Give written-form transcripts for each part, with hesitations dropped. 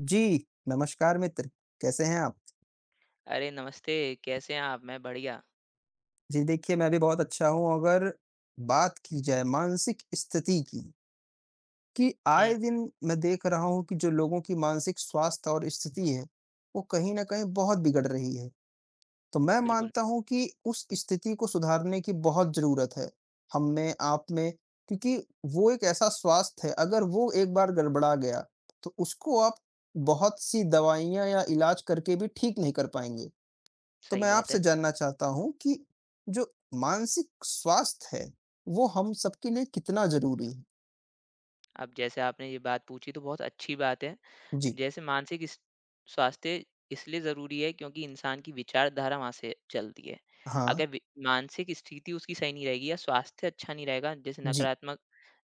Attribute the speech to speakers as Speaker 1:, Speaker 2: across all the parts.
Speaker 1: जी, नमस्कार मित्र, कैसे हैं आप?
Speaker 2: अरे नमस्ते, कैसे हैं आप? मैं बढ़िया।
Speaker 1: जी देखिए, मैं भी बहुत अच्छा हूँ, अगर बात की जाए मानसिक स्थिति की, कि
Speaker 2: हुँ।
Speaker 1: आए दिन मैं देख रहा हूँ कि जो लोगों की मानसिक स्वास्थ्य और स्थिति है, वो कहीं न कहीं बहुत बिगड़ रही है। तो मैं
Speaker 2: बिल्कुल।
Speaker 1: मानता हूँ कि उस स्थिति को सुधारने की बहुत ज़रूरत है, हम में, आप में, क्योंकि वो एक ऐसा स्वास्थ्य है, अगर वो एक बार गड़बड़ा गया, तो उसको आप बहुत-सी दवाइयाँ या इलाज करके भी ठीक नहीं कर पाएँगे। तो
Speaker 2: सही
Speaker 1: मैं
Speaker 2: बात
Speaker 1: आपसे
Speaker 2: है।
Speaker 1: जानना चाहता हूँ कि जो मानसिक स्वास्थ्य है, वो हम सबके लिए कितना ज़रूरी है?
Speaker 2: अब जैसे आपने ये बात पूछी तो बहुत अच्छी बात है।
Speaker 1: जी,
Speaker 2: जैसे मानसिक स स्वास्थ्य इसलिए ज़रूरी है क्योंकि इंसान की विचारधारा वहाँ से चलती है।
Speaker 1: हाँ,
Speaker 2: अगर वि मानसिक स्थिति उसकी सही नहीं रहेगी या स्वास्थ्य अच्छा नहीं रहेगा, जैसे
Speaker 1: जी,
Speaker 2: नकारात्मक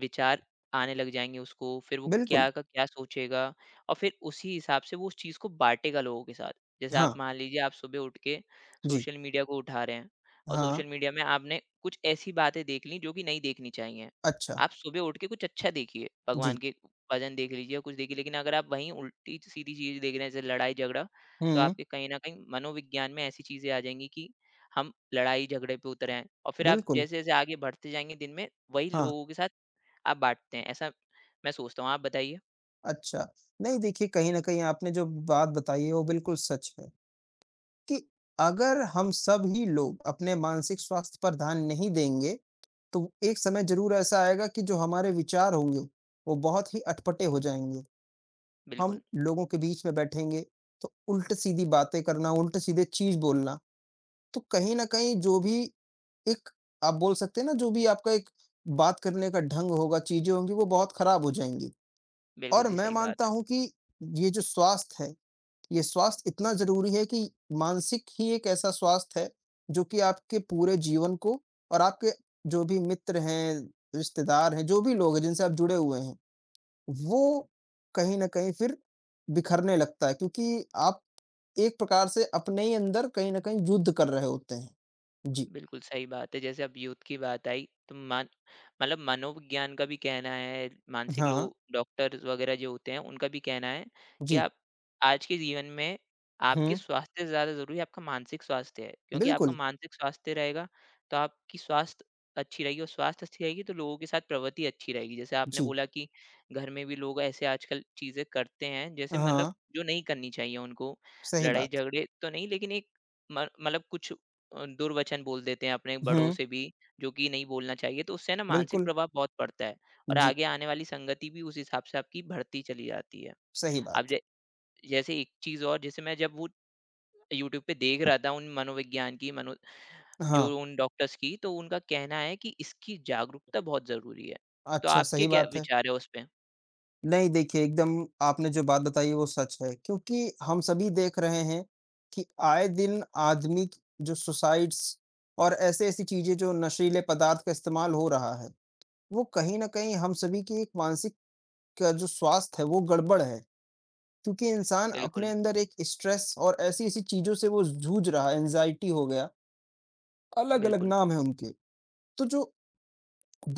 Speaker 2: विचार आने लग जाएँगे उसको, फिर वो
Speaker 1: बिल्कुल,
Speaker 2: क्या का क्या सोचेगा और फिर उसी हिसाब से वो उस चीज़ को बाँटेगा लोगों के साथ। जैसे आप
Speaker 1: हाँ,
Speaker 2: मान लीजिए, आप सुबह उठ के
Speaker 1: जी,
Speaker 2: सोशल मीडिया को उठा रहे हैं और
Speaker 1: हाँ,
Speaker 2: सोशल मीडिया में आपने कुछ ऐसी बातें देख ली जो कि नहीं देखनी चाहिए।
Speaker 1: अच्छा,
Speaker 2: आप सुबह उठ के कुछ अच्छा देखिए, भगवान
Speaker 1: जी,
Speaker 2: के भजन देख लीजिए या कुछ देखिए, लेकिन अगर आप वहीं उल्टी-सीधी चीज़ देख रहे हैं, जैसे लड़ाई-झगड़ा, तो
Speaker 1: हुँ,
Speaker 2: आपके कहीं न कहीं मनोविज्ञान में ऐसी चीज़ें आ जाएँगी कि हम लड़ाई-झगड़े पे उतरे हैं, और फिर आप
Speaker 1: बिल्कुल,
Speaker 2: जैसे-जैसे आगे बढ़ते जाएँगे दिन में, वही
Speaker 1: हाँ,
Speaker 2: लोगों के साथ आप बाँटते हैं, ऐसा मैं सोचता हूँ। आप बताइए?
Speaker 1: अच्छा। नहीं देखिए, कहीं न कहीं आपने जो बात बताई है, वो बिल्कुल सच है कि अगर हम सभी लोग अपने मानसिक स्वास्थ्य पर ध्यान नहीं देंगे, तो एक समय ज़रूर ऐसा आएगा कि जो हमारे विचार होंगे, वो बहुत ही अटपटे हो जाएँगे।
Speaker 2: बिल्कुल।
Speaker 1: हम लोगों के बीच में बैठेंगे, तो उल्ट-सीधी बातें करना, उल्ट-सीधे चीज़ बोलना, तो कहीं न कहीं जो भी एक आप बोल सकते हैं ना, जो भी आपका एक बात करने का ढंग होगा, चीज़ें होंगी, वो बहुत खराब हो जाएँगी।
Speaker 2: बिल्कुल
Speaker 1: और
Speaker 2: जी,
Speaker 1: मैं
Speaker 2: सही बात
Speaker 1: मानता
Speaker 2: है।
Speaker 1: हूँ कि ये जो स्वास्थ्य है, ये स्वास्थ्य इतना ज़रूरी है कि मानसिक ही एक ऐसा स्वास्थ्य है, जो कि आपके पूरे जीवन को और आपके जो भी मित्र हैं, रिश्तेदार हैं, जो भी लोग हैं जिनसे आप जुड़े हुए हैं, वो कहीं न कहीं फिर बिखरने लगता है क्योंकि आप एक प्रकार से अपने ही अंदर कहीं न कहीं युद्ध कर रहे होते हैं। जी।
Speaker 2: बिल्कुल सही बात है। जैसे अब यूथ की बात आई तो मान मतलब मनोविज्ञान का भी कहना है, मानसिक
Speaker 1: हाँ,
Speaker 2: लोग डॉक्टर्स वगैरह जो होते हैं उनका भी कहना है कि
Speaker 1: जी।
Speaker 2: आप आज के जीवन में आपके
Speaker 1: हुँ,
Speaker 2: स्वास्थ्य से ज़्यादा ज़रूरी आपका मानसिक स्वास्थ्य है। क्योंकि आपका
Speaker 1: बिल्कुल।
Speaker 2: मानसिक स्वास्थ्य रहेगा तो आपकी स्वास्थ्य अच्छी रहेगी, और स्वास्थ्य अच्छी रहेगी तो लोगों के साथ प्रवृत्ति अच्छी रहेगी। जैसे आपने
Speaker 1: जी।
Speaker 2: बोला कि घर में भी लोग ऐसे आजकल चीज़ें करते हैं, जैसे मतलब
Speaker 1: हाँ,
Speaker 2: जो नहीं करनी चाहिए उनको,
Speaker 1: सही बात।
Speaker 2: लड़ाई-झगड़े तो नहीं, लेकिन एक म मतलब कुछ दुर्वचन बोल देते हैं अपने बड़ों
Speaker 1: हुँ,
Speaker 2: से भी, जो कि नहीं बोलना चाहिए, तो उससे ना मानसिक
Speaker 1: बिल्कुल।
Speaker 2: प्रभाव बहुत पड़ता है और
Speaker 1: जी,
Speaker 2: आगे आने वाली संगति भी उस हिसाब से आपकी बढ़ती चली जाती है।
Speaker 1: सही
Speaker 2: अब
Speaker 1: बात।
Speaker 2: जै जैसे एक चीज़ और, जैसे मैं जब वो यूट्यूब पे देख रहा था उन मनोविज्ञान की मनो जो
Speaker 1: हाँ,
Speaker 2: उन डॉक्टर्स की, तो उनका कहना है कि इसकी जागरूकता बहुत ज़रूरी है। तो
Speaker 1: अच्छा
Speaker 2: आपके
Speaker 1: सही
Speaker 2: क्या
Speaker 1: बात है।
Speaker 2: विचार है उस पे?
Speaker 1: नहीं देखिए एकदम आपने जो बात बताई वो सच है क्योंकि हम सभी देख रहे हैं कि आए दिन आदमी की- जो सुसाइड्स और ऐसी-ऐसी चीज़ें जो नशीले पदार्थ का इस्तेमाल हो रहा है। वो कहीं न कहीं हम सभी की एक मानसिक का जो स्वास्थ्य है वो गड़बड़ है। क्योंकि इंसान अपने
Speaker 2: बिल्कुल,
Speaker 1: अंदर एक स्ट्रेस और ऐसी-ऐसी चीज़ों से वो जूझ रहा है, एंग्ज़ायटी हो गया, अलग-अलग
Speaker 2: बिल्कुल
Speaker 1: नाम है उनके। तो जो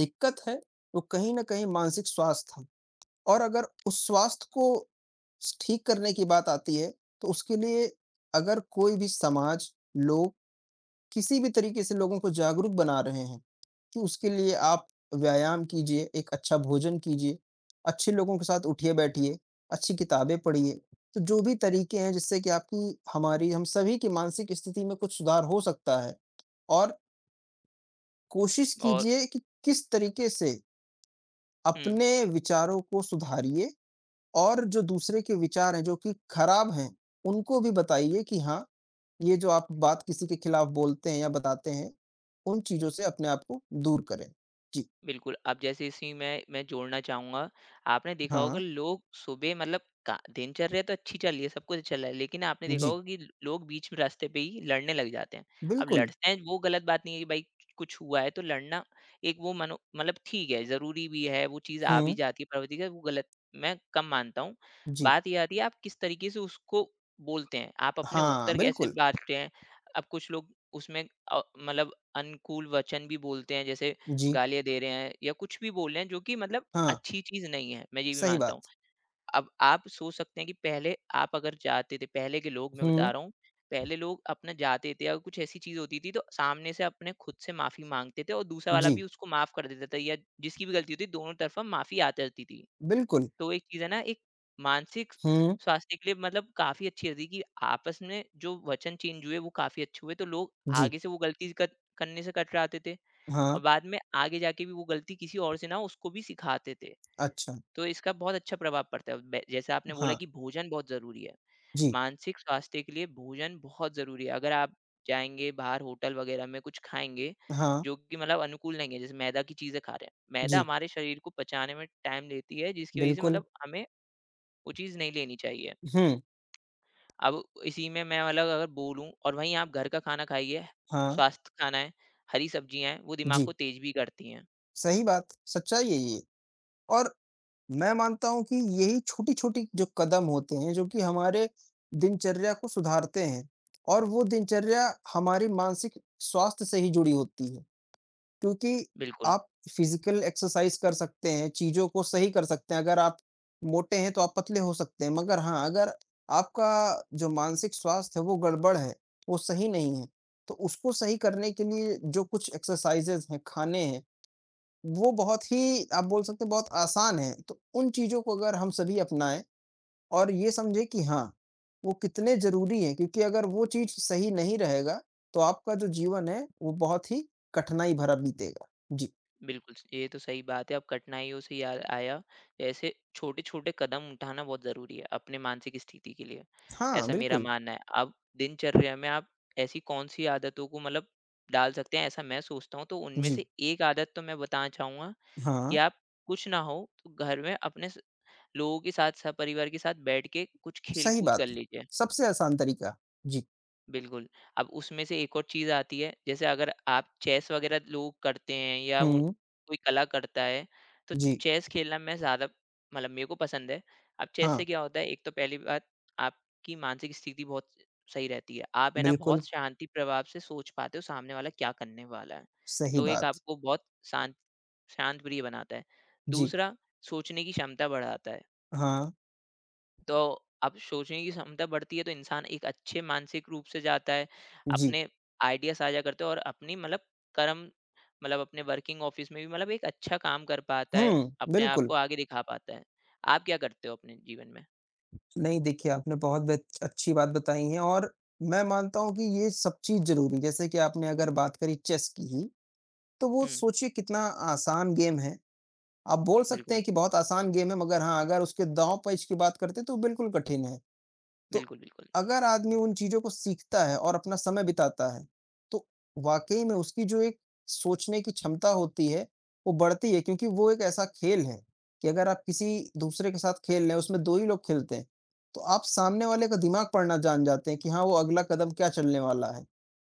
Speaker 1: दिक्कत है वो कहीं न कहीं मानसिक स्वास्थ्य है और अगर उस स्वास्थ्य को ठीक करने की बात आती है, तो उसके लिए अगर कोई भी समाज, लोग किसी भी तरीके से लोगों को जागरूक बना रहे हैं, कि उसके लिए आप व्यायाम कीजिए, एक अच्छा भोजन कीजिए, अच्छे लोगों के साथ उठिए-बैठिए, अच्छी किताबें पढ़िए। तो जो भी तरीके हैं जिससे कि आपकी हमारी हम सभी की मानसिक स्थिति में कुछ सुधार हो सकता है और कोशिश
Speaker 2: और
Speaker 1: कीजिए कि किस तरीके से
Speaker 2: हुँ।
Speaker 1: अपने विचारों को सुधारिए और जो दूसरे के विचार हैं, जो कि खराब हैं, उनको भी बताइए कि हाँ ये जो आप बात किसी के खिलाफ बोलते हैं या बताते हैं, उन चीज़ों से अपने आप को दूर करें। जी,
Speaker 2: बिल्कुल, अब जैसे इसी में मैं जोड़ना चाहूँगा, आपने देखा होगा
Speaker 1: हाँ,
Speaker 2: लोग सुबह, मतलब का दिनचर्या तो अच्छी चल रही है, सब कुछ चल रहा है, लेकिन आपने देखा
Speaker 1: जी,
Speaker 2: होगा कि लोग बीच में रास्ते पे ही लड़ने लग जाते हैं। अब
Speaker 1: बिल्कुल,
Speaker 2: लड़ते हैं वो गलत बात नहीं है कि भाई कुछ हुआ है तो लड़ना एक वो मनो मतलब ठीक है, ज़रूरी भी है, वो चीज़ आ भी
Speaker 1: हुँ,
Speaker 2: जाती है प्रवृत्ति का, वो गलत मैं कम मानता हूँ।
Speaker 1: जी,
Speaker 2: बात ये आती है आप किस तरीके से उसको बोलते हैं, आप अपने
Speaker 1: हाँ,
Speaker 2: उत्तर कैसे
Speaker 1: बिल्कुल,
Speaker 2: बाँटते हैं। अब कुछ लोग उसमें मतलब अनुकूल वचन भी बोलते हैं, जैसे
Speaker 1: जी,
Speaker 2: गालियाँ दे रहे हैं या कुछ भी बोल रहे हैं जो कि मतलब
Speaker 1: हाँ,
Speaker 2: अच्छी चीज़ नहीं है, मैं ये भी
Speaker 1: सही
Speaker 2: मानता हूँ।
Speaker 1: बात,
Speaker 2: अब आप सोच सकते हैं कि पहले आप अगर जाते थे, पहले के लोग मैं बता
Speaker 1: हुँ,
Speaker 2: रहा हूँ, पहले लोग अपना जाते थे अगर कुछ ऐसी चीज़ होती थी तो सामने से अपने खुद से माफ़ी माँगते थे, और दूसरा वाला
Speaker 1: जी,
Speaker 2: भी उसको माफ़ कर देता था, या जिसकी भी गलती होती दोनों तरफ़ा माफ़ी आती रहती थी।
Speaker 1: बिल्कुल,
Speaker 2: तो एक चीज़ है ना एक मानसिक
Speaker 1: हुँ,
Speaker 2: स्वास्थ्य के लिए मतलब काफ़ी अच्छी रहती है कि आपस में जो वचन चेंज हुए वो काफ़ी अच्छे हुए, तो लोग
Speaker 1: जी,
Speaker 2: आगे से वो गलती क करने से कतराते थे।
Speaker 1: हाँ,
Speaker 2: और बाद में आगे जाके भी वो गलती किसी और से ना हो, उसको भी सिखाते थे।
Speaker 1: अच्छा,
Speaker 2: तो इसका बहुत अच्छा प्रभाव पड़ता है। बे जैसे आपने बोला
Speaker 1: हाँ,
Speaker 2: कि भोजन बहुत ज़रूरी है।
Speaker 1: जी,
Speaker 2: मानसिक स्वास्थ्य के लिए भोजन बहुत ज़रूरी है। अगर आप जाएँगे बाहर होटल वगैरह में कुछ खाएँगे,
Speaker 1: हाँ,
Speaker 2: जो कि मतलब अनुकूल नहीं है, जैसे मैदा की चीज़ें खा रहे हैं। मैदा
Speaker 1: जी,
Speaker 2: हमारे शरीर को पचाने में टाइम लेती है, जिसकी वज़ह से
Speaker 1: बिल्कुल,
Speaker 2: मतलब हमें वो चीज़ नहीं लेनी चाहिए।
Speaker 1: हुँ,
Speaker 2: अब इसी में मैं मतलब अगर बोलूँ और वहीं आप घर का खाना खाइए,
Speaker 1: हाँ,
Speaker 2: स्वास्थ्य खाना है, हरी सब्जियाँ हैं, वो दिमाग को
Speaker 1: जी,
Speaker 2: तेज़ भी करती हैं।
Speaker 1: सही बात, सच्चाई है ये और मैं मानता हूँ कि यही छोटी-छोटी जो कदम होते हैं, जो कि हमारे दिनचर्या को सुधारते हैं और वो दिनचर्या हमारी मानसिक स्वास्थ्य से ही जुड़ी होती है। क्योंकि
Speaker 2: बिल्कुल।
Speaker 1: आप फिज़िकल एक्सरसाइज़ कर सकते हैं, चीज़ों को सही कर सकते हैं। अगर आप मोटे हैं, तो आप पतले हो सकते हैं। मगर हाँ, अगर आपका जो मानसिक स्वास्थ्य है, वो गड़बड़ है, वो सही नहीं है, तो उसको सही करने के लिए जो कुछ एक्सरसाइज़ेज़ हैं, खाने हैं वो बहुत ही आप बोल सकते हैं बहुत आसान है। तो उन चीज़ों को अगर हम सभी अपनाएँ और ये समझें कि हाँ, वो कितने ज़रूरी हैं क्योंकि अगर वो चीज़ सही नहीं रहेगा, तो आपका जो जीवन है वो बहुत ही कठिनाई भरा बीतेगा। जी।
Speaker 2: बिल्कुल, ये तो सही बात है। अब कठिनाइयों से याद आया, ऐसे छोटे-छोटे कदम उठाना बहुत ज़रूरी है अपने मानसिक स्थिति के लिए,
Speaker 1: हाँ,
Speaker 2: ऐसा मेरा
Speaker 1: बिल्कुल।
Speaker 2: मानना है। अब दिनचर्या में आप ऐसी कौन-सी आदतों को मतलब डाल सकते हैं, ऐसा मैं सोचता हूँ। तो उनमें
Speaker 1: जी।
Speaker 2: से एक आदत तो मैं बताना चाहूँगा कि
Speaker 1: हाँ,
Speaker 2: आप कुछ ना हो, तो घर में अपने स लोगों के साथ, सपरिवार के साथ बैठ के कुछ
Speaker 1: सही
Speaker 2: खेल-कूद
Speaker 1: बात
Speaker 2: कर
Speaker 1: है।
Speaker 2: लीजिए।
Speaker 1: सबसे आसान तरीका। जी।
Speaker 2: बिल्कुल। अब उसमें से एक और चीज़ आती है, जैसे अगर आप चेस वग़ैरह लोग करते हैं या वो
Speaker 1: हुँ,
Speaker 2: कोई कला करता है, तो
Speaker 1: जी।
Speaker 2: चेस खेलना मैं ज़्यादा मतलब मेरे को पसंद है। अब चेस
Speaker 1: हाँ,
Speaker 2: से क्या होता है, एक तो पहली बात आपकी मानसिक स्थिति बहुत सही रहती है। आप है ना
Speaker 1: बिल्कुल
Speaker 2: बहुत शांति प्रभाव से सोच पाते हो सामने वाला क्या करने वाला है।
Speaker 1: सही
Speaker 2: तो एक
Speaker 1: बात।
Speaker 2: आपको बहुत शांत शांत प्रिय बनाता है।
Speaker 1: जी।
Speaker 2: दूसरा, सोचने की क्षमता बढ़ाता है।
Speaker 1: हाँ,
Speaker 2: तो अब सोचने की क्षमता बढ़ती है तो इंसान एक अच्छे मानसिक रूप से जाता है,
Speaker 1: जी।
Speaker 2: अपने आइडिया साझा करते हैं, और अपनी मतलब कर्म मतलब अपने वर्किंग ऑफिस में भी मतलब एक अच्छा काम कर पाता है,
Speaker 1: हुँ,
Speaker 2: अपने आप
Speaker 1: बिल्कुल।
Speaker 2: को आगे दिखा पाता है आप क्या करते हो अपने जीवन में।
Speaker 1: नहीं, देखिए आपने बहुत बेच अच्छी बात बताई है और मैं मानता हूँ कि ये सब चीज़ ज़रूरी है। जैसे कि आपने अगर बात करी चेस की ही, तो वो
Speaker 2: हम्म।
Speaker 1: सोचिए कितना आसान गेम है। आप बोल सकते
Speaker 2: बिल्कुल,
Speaker 1: हैं कि बहुत आसान गेम है मगर हाँ, अगर उसके दाँव-पेच की बात करते हैं तो बिल्कुल कठिन है। तो
Speaker 2: बिल्कुल, बिल्कुल,
Speaker 1: अगर आदमी उन चीज़ों को सीखता है और अपना समय बिताता है, तो वाक़ई में उसकी जो एक सोचने की क्षमता होती है, वो बढ़ती है क्योंकि वो एक ऐसा खेल है कि अगर आप किसी दूसरे के साथ खेल रहे हैं, उसमें 2 ही लोग खेलते हैं, तो आप सामने वाले का दिमाग पढ़ना जान जाते हैं कि हाँ, वो अगला कदम क्या चलने वाला है।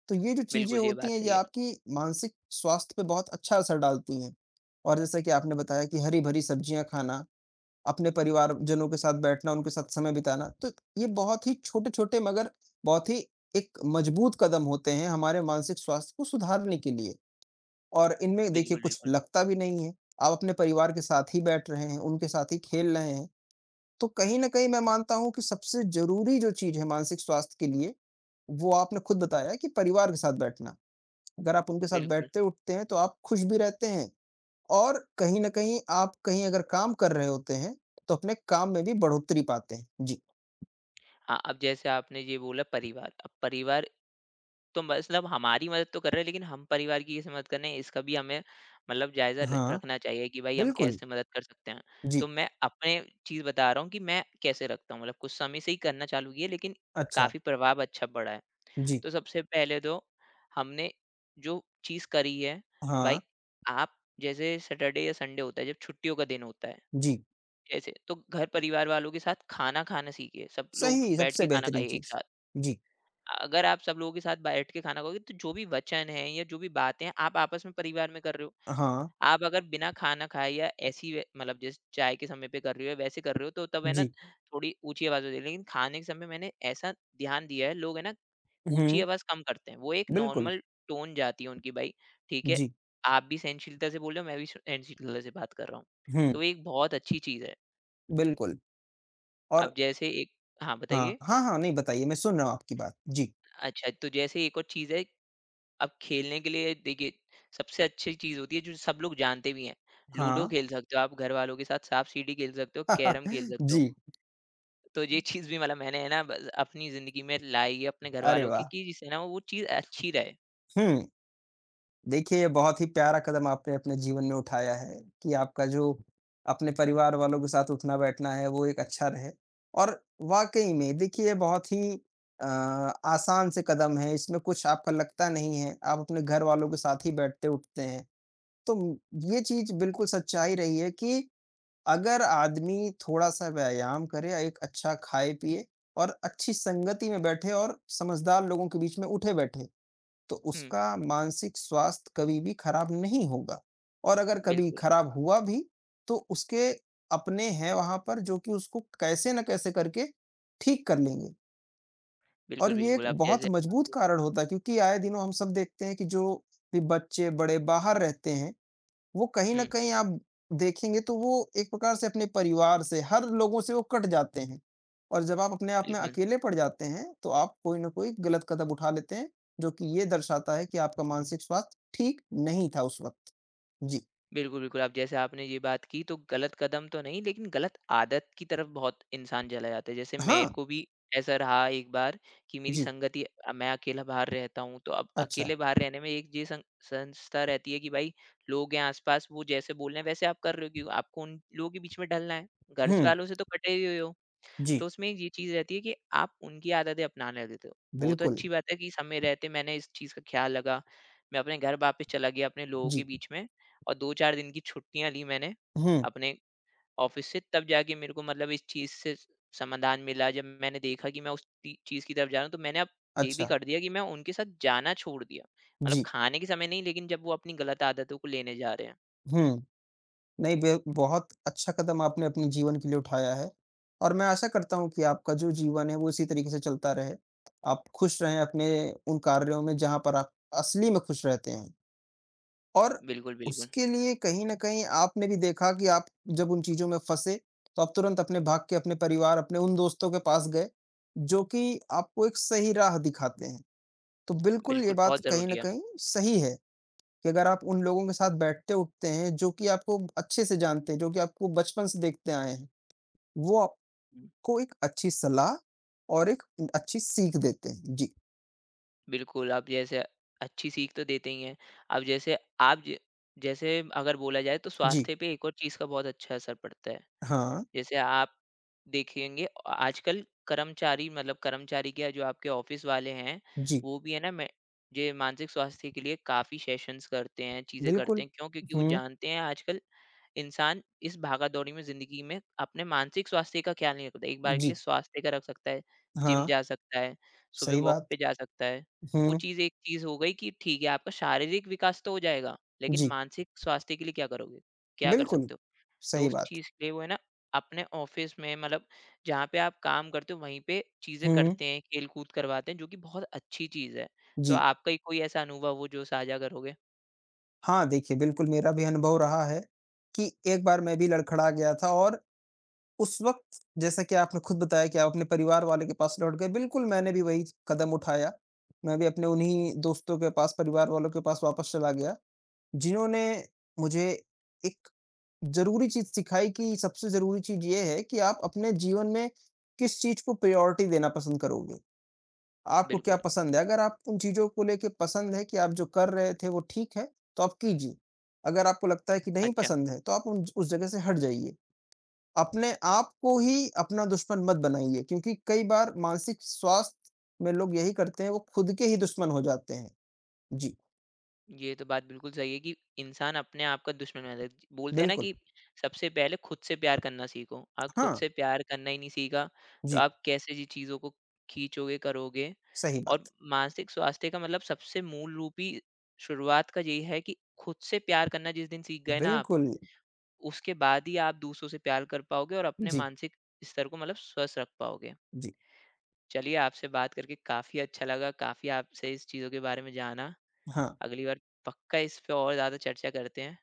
Speaker 1: तो ये जो चीज़ें
Speaker 2: बिल्कुल ये
Speaker 1: होती
Speaker 2: बात
Speaker 1: हैं, ये
Speaker 2: सही है।
Speaker 1: आपकी मानसिक स्वास्थ्य पे बहुत अच्छा असर डालती हैं और जैसा कि आपने बताया कि हरी-भरी सब्जियाँ खाना अपने परिवारजनों के साथ बैठना, उनके साथ समय बिताना। तो ये बहुत ही छोटे-छोटे मगर बहुत ही एक मजबूत कदम होते हैं हमारे मानसिक स्वास्थ्य को सुधारने के लिए और इनमें देखिए
Speaker 2: बिल्कुल,
Speaker 1: कुछ
Speaker 2: बिल्कुल,
Speaker 1: लगता भी नहीं है। आप अपने परिवार के साथ ही बैठ रहे हैं, उनके साथ ही खेल रहे हैं। तो कहीं न कहीं मैं मानता हूँ कि सबसे ज़रूरी जो चीज़ है मानसिक स्वास्थ्य के लिए, वो आपने खुद बताया कि परिवार के साथ बैठना। अगर आप उनके साथ
Speaker 2: बिल्कुल।
Speaker 1: बैठते-उठते हैं तो आप खुश भी रहते हैं और कहीं न कहीं आप कहीं अगर काम कर रहे होते हैं, तो अपने काम में भी बढ़ोतरी पाते हैं। जी।
Speaker 2: हाँ, अब जैसे आपने ये बोला परिवार, अब परिवार तो मतलब हमारी मदद तो कर रहे हैं, लेकिन हम परिवार की कैसे मदद कर रहे हैं इसका भी हमें मतलब जायजा
Speaker 1: हाँ,
Speaker 2: रखना चाहिए कि भाई हम
Speaker 1: बिल्कुल।
Speaker 2: कैसे मदद कर सकते हैं। तो
Speaker 1: जी।
Speaker 2: मैं अपने चीज बता रहा हूँ कि मैं कैसे रखता हूँ, मतलब कुछ समय से ही करना चालू किया लेकिन
Speaker 1: अच्छा।
Speaker 2: काफी प्रभाव अच्छा पड़ा है।
Speaker 1: जी।
Speaker 2: तो सबसे पहले तो हमने जो चीज करी है, भाई
Speaker 1: हाँ।
Speaker 2: आप जैसे सैटरडे या संडे होता है, जब छुट्टियों का दिन होता है,
Speaker 1: जी।
Speaker 2: जैसे तो घर परिवार वालों के साथ खाना खाना सीखिए, सब लोग
Speaker 1: सही,
Speaker 2: बैठ
Speaker 1: सबसे
Speaker 2: के खाना
Speaker 1: बेहतरीन
Speaker 2: खाइए एक
Speaker 1: चीज़।
Speaker 2: साथ।
Speaker 1: जी।
Speaker 2: अगर आप सब लोगों के साथ बैठ के खाना खाओगे, तो जो भी वचन है या जो भी बातें हैं आप आपस में परिवार में कर रहे हो।
Speaker 1: हाँ।
Speaker 2: आप अगर बिना खाना खाए या ऐसी मतलब जिस चाय के समय पे कर रहे हो या वैसे कर रहे हो, तो तब है ना
Speaker 1: जी।
Speaker 2: थोड़ी ऊंची आवाज होती है, लेकिन खाने के समय मैंने ऐसा ध्यान दिया है लोग है ना ऊंची
Speaker 1: हुँ,
Speaker 2: आवाज कम करते हैं, वो एक
Speaker 1: बिल्कुल।
Speaker 2: नॉर्मल टोन जाती है उनकी, भाई ठीक है
Speaker 1: जी।
Speaker 2: आप भी सहनशीलता से बोल रहे हो मैं भी सहनशीलता से बात कर रहा हूँ।
Speaker 1: हुँ,
Speaker 2: तो ये एक बहुत अच्छी चीज है।
Speaker 1: बिल्कुल और
Speaker 2: अब जैसे एक, हाँ
Speaker 1: हाँ।
Speaker 2: बताइए।
Speaker 1: हाँ, हाँ, नहीं बताइए मैं सुन रहा हूँ आपकी बात। जी।
Speaker 2: अच्छा, तो जैसे एक और चीज है, अब खेलने के लिए देखिए सबसे अच्छी चीज़ होती है जो सब लोग जानते भी हैं। लूडो
Speaker 1: हाँ।
Speaker 2: खेल सकते हो आप घर वालों के साथ, साँप-सीढ़ी खेल सकते हो, कैरम खेल सकते हो।
Speaker 1: जी।
Speaker 2: तो ये चीज़ भी मतलब मैंने है ना बस अपनी ज़िंदगी में लाई है अपने घर
Speaker 1: अरे
Speaker 2: वालों की
Speaker 1: वाह!
Speaker 2: कि जिससे ना वो चीज़ अच्छी रहे।
Speaker 1: हुँ। देखिए, ये बहुत ही प्यारा कदम आपने अपने जीवन में उठाया है कि आपका जो अपने परिवार वालों के साथ उठना-बैठना है, वो एक अच्छा रहे और वाक़ई में देखिए, ये बहुत ही अ, आसान से कदम है, इसमें कुछ आपका लगता नहीं है, आप अपने घर वालों के साथ ही बैठते-उठते हैं। तो ये चीज़ बिल्कुल सच्चाई रही है कि अगर आदमी थोड़ा-सा व्यायाम करे, एक अच्छा खाए-पिए और अच्छी संगति में बैठे और समझदार लोगों के बीच में उठे-बैठे, तो
Speaker 2: हुँ,
Speaker 1: उसका मानसिक स्वास्थ्य कभी भी खराब नहीं होगा और अगर कभी
Speaker 2: बिल्कुल।
Speaker 1: खराब हुआ भी, तो उसके अपने हैं वहाँ पर जो कि उसको कैसे न कैसे करके ठीक कर लेंगे और
Speaker 2: बिल्कुल,
Speaker 1: ये
Speaker 2: बिल्कुल।
Speaker 1: एक
Speaker 2: अब
Speaker 1: बहुत
Speaker 2: जैसे।
Speaker 1: मजबूत कारण होता है क्योंकि आए दिनों हम सब देखते हैं कि जो भी बच्चे बड़े बाहर रहते हैं, वो कहीं न
Speaker 2: हुँ,
Speaker 1: कहीं आप देखेंगे तो वो एक प्रकार से अपने परिवार से, हर लोगों से वो कट जाते हैं। और जब आप अपने आप में
Speaker 2: बिल्कुल।
Speaker 1: अकेले पड़ जाते हैं, तो आप कोई न कोई गलत कदम उठा लेते हैं, जो कि ये दर्शाता है कि आपका मानसिक स्वास्थ्य ठीक नहीं था उस वक़्त। जी।
Speaker 2: बिल्कुल, बिल्कुल। आप जैसे, आपने ये बात की तो गलत कदम तो नहीं, लेकिन गलत आदत की तरफ बहुत इंसान चला जाता है। जैसे मेरे
Speaker 1: हाँ,
Speaker 2: को भी ऐसा रहा एक बार कि मेरी
Speaker 1: जी,
Speaker 2: संगति मैं अकेला बाहर रहता हूँ, तो अब
Speaker 1: अच्छा।
Speaker 2: अकेले बाहर रहने में एक ये सं संस्था रहती है कि भाई लोग हैं आस-पास, वो जैसे बोल रहे हैं वैसे आप कर रहे हो क्यों? आपको उन लोगों के बीच में ढलना है। घर स
Speaker 1: हुँ,
Speaker 2: वालों से तो कटे ही हुए हो। तो
Speaker 1: जी,
Speaker 2: उसमें ये चीज़ रहती है कि आप उनकी आदतें अपनाने देते हो। वो तो
Speaker 1: बिल्कुल,
Speaker 2: अच्छी बात है कि समय रहते मैंने इस चीज़ का ख्याल रखा। मैं अपने घर वापस चला गया अपने लोगों के
Speaker 1: जी,
Speaker 2: बीच में, और 2-4 दिन की छुट्टियाँ ली मैंने
Speaker 1: हुँ,
Speaker 2: अपने ऑफ़िस से, तब जाके मेरे को मतलब इस चीज़ से समाधान मिला। जब मैंने देखा कि मैं उस टी चीज़ की तरफ जा रहा हूँ, तो मैंने अब ये भी
Speaker 1: अच्छा,
Speaker 2: कर दिया कि मैं उनके साथ जाना छोड़ दिया। मतलब
Speaker 1: जी,
Speaker 2: खाने के समय नहीं, लेकिन जब वो अपनी गलत आदतों को लेने जा रहे हैं।
Speaker 1: हुँ। नहीं, बे बहुत अच्छा कदम आपने अपने जीवन के लिए उठाया है और मैं आशा करता हूँ कि आपका जो जीवन है, वो इसी तरीके से चलता रहे। आप खुश रहें अपने उन कार्यों में जहाँ पर आप असली में खुश रहते हैं और
Speaker 2: बिल्कुल, बिल्कुल।
Speaker 1: उसके लिए कहीं न कहीं आपने भी देखा कि आप जब उन चीज़ों में फँसे, तो आप तुरंत अपने भाग के अपने परिवार, अपने उन दोस्तों के पास गए, जो कि आपको एक सही राह दिखाते हैं। तो बिल्कुल, ये
Speaker 2: बिल्कुल,
Speaker 1: बात
Speaker 2: बहुत
Speaker 1: कहीं
Speaker 2: ज़रूरी
Speaker 1: न
Speaker 2: है।
Speaker 1: कहीं सही है। कि अगर आप उन लोगों के साथ बैठते उठते हैं जो कि आपको अच्छे से जानते हैं, जो कि आपको बचपन से देखते आए हैं, वो आपको एक अच्छी सलाह और एक अच्छी सीख देते हैं। जी,
Speaker 2: बिल्कुल, आप जैसे, अच्छी सीख तो देते ही हैं। अब जैसे आप ज जैसे अगर बोला जाए तो
Speaker 1: जी,
Speaker 2: स्वास्थ्य पे एक और चीज़ का बहुत अच्छा असर पड़ता है।
Speaker 1: हाँ,
Speaker 2: जैसे आप देखेंगे आजकल कर्मचारी मतलब कर्मचारी क्या, जो आपके ऑफिस वाले हैं,
Speaker 1: जी,
Speaker 2: वो भी है ना मैं जे मानसिक स्वास्थ्य के लिए काफी सेशंस करते हैं, चीजें करते
Speaker 1: बिल्कुल।
Speaker 2: हैं क्यों, क्योंकि वो
Speaker 1: हुँ,
Speaker 2: जानते हैं आजकल इंसान इस भागदौड़ी में जिंदगी में अपने मानसिक स्वास्थ्य का ख्याल नहीं रखता, एक बार के लिए
Speaker 1: जी,
Speaker 2: स्वास्थ्य का रख सकता है, जिम
Speaker 1: हाँ,
Speaker 2: जा सकता है, सुबह
Speaker 1: सही
Speaker 2: वॉक
Speaker 1: बात।
Speaker 2: पे जा सकता है, वो
Speaker 1: हुँ,
Speaker 2: चीज एक चीज हो गई कि ठीक है आपका शारीरिक विकास तो हो जाएगा, लेकिन
Speaker 1: जी,
Speaker 2: मानसिक स्वास्थ्य के लिए क्या करोगे, क्या कर
Speaker 1: बिल्कुल,
Speaker 2: सकते हो। तो
Speaker 1: सही
Speaker 2: उस
Speaker 1: बात।
Speaker 2: चीज़ के लिए वो है ना अपने ऑफिस में मतलब जहाँ पे आप काम करते हो वहीं पे चीज़ें
Speaker 1: हुँ,
Speaker 2: करते हैं, खेल-कूद करवाते हैं, जो कि बहुत अच्छी चीज़ है। तो
Speaker 1: जी।
Speaker 2: आपका ही कोई ऐसा अनुभव हो जो साझा करोगे?
Speaker 1: हाँ, देखिए बिल्कुल मेरा भी अनुभव रहा है कि एक बार मैं भी लड़खड़ा गया था और उस वक़्त जैसा कि आपने खुद बताया कि आप अपने परिवार वाले के पास लौट गए, बिल्कुल मैंने भी वही कदम उठाया। मैं भी अपने उन्हीं दोस्तों के पास, परिवार वालों के पास वापस चला गया, जिन्होंने मुझे एक ज़रूरी चीज़ सिखाई कि सबसे ज़रूरी चीज़ ये है कि आप अपने जीवन में किस चीज़ को प्रायोरिटी देना पसंद करोगे। आपको क्या
Speaker 2: बिल्कुल,
Speaker 1: पसंद है? अगर आप उन चीज़ों को लेके पसंद है कि आप जो कर रहे थे वो ठीक है, तो आप कीजिए। अगर आपको लगता है कि नहीं
Speaker 2: अच्छा।
Speaker 1: पसंद है, तो आप उन उस जगह से हट जाइए। अपने आप को ही अपना दुश्मन मत बनाइए क्योंकि कई बार मानसिक स्वास्थ्य में लोग यही करते हैं, वो खुद के ही दुश्मन हो जाते हैं। जी,
Speaker 2: ये तो बात बिल्कुल सही है कि इंसान अपने आप का दुश्मन बन जाता है। बोलते हैं ना
Speaker 1: बिल्कुल।
Speaker 2: कि सबसे पहले खुद से प्यार करना सीखो। आप खुद
Speaker 1: हाँ,
Speaker 2: से प्यार करना ही नहीं सीखा, तो
Speaker 1: जी,
Speaker 2: आप कैसे जी चीज़ों को खींचोगे, करोगे?
Speaker 1: सही
Speaker 2: और
Speaker 1: बात।
Speaker 2: मानसिक स्वास्थ्य का मतलब सबसे मूल रूपी शुरुआत का यही है कि खुद से प्यार करना जिस दिन सीख गए ना आप,
Speaker 1: बिल्कुल,
Speaker 2: उसके बाद ही आप दूसरों से प्यार कर पाओगे और अपने
Speaker 1: जी,
Speaker 2: मानसिक स्तर को मतलब स्वस्थ रख पाओगे।
Speaker 1: जी,
Speaker 2: चलिए, आपसे बात करके काफ़ी अच्छा लगा, काफ़ी आपसे इस चीज़ों के बारे में जाना।
Speaker 1: हाँ।
Speaker 2: अगली बार पक्का इस पे और ज़्यादा चर्चा करते हैं।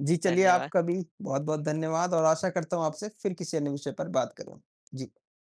Speaker 1: जी, चलिए आपका
Speaker 2: धन्यवाद।
Speaker 1: भी बहुत-बहुत धन्यवाद और आशा करता हूँ आपसे फिर किसी अन्य विषय पर बात करूँ। जी।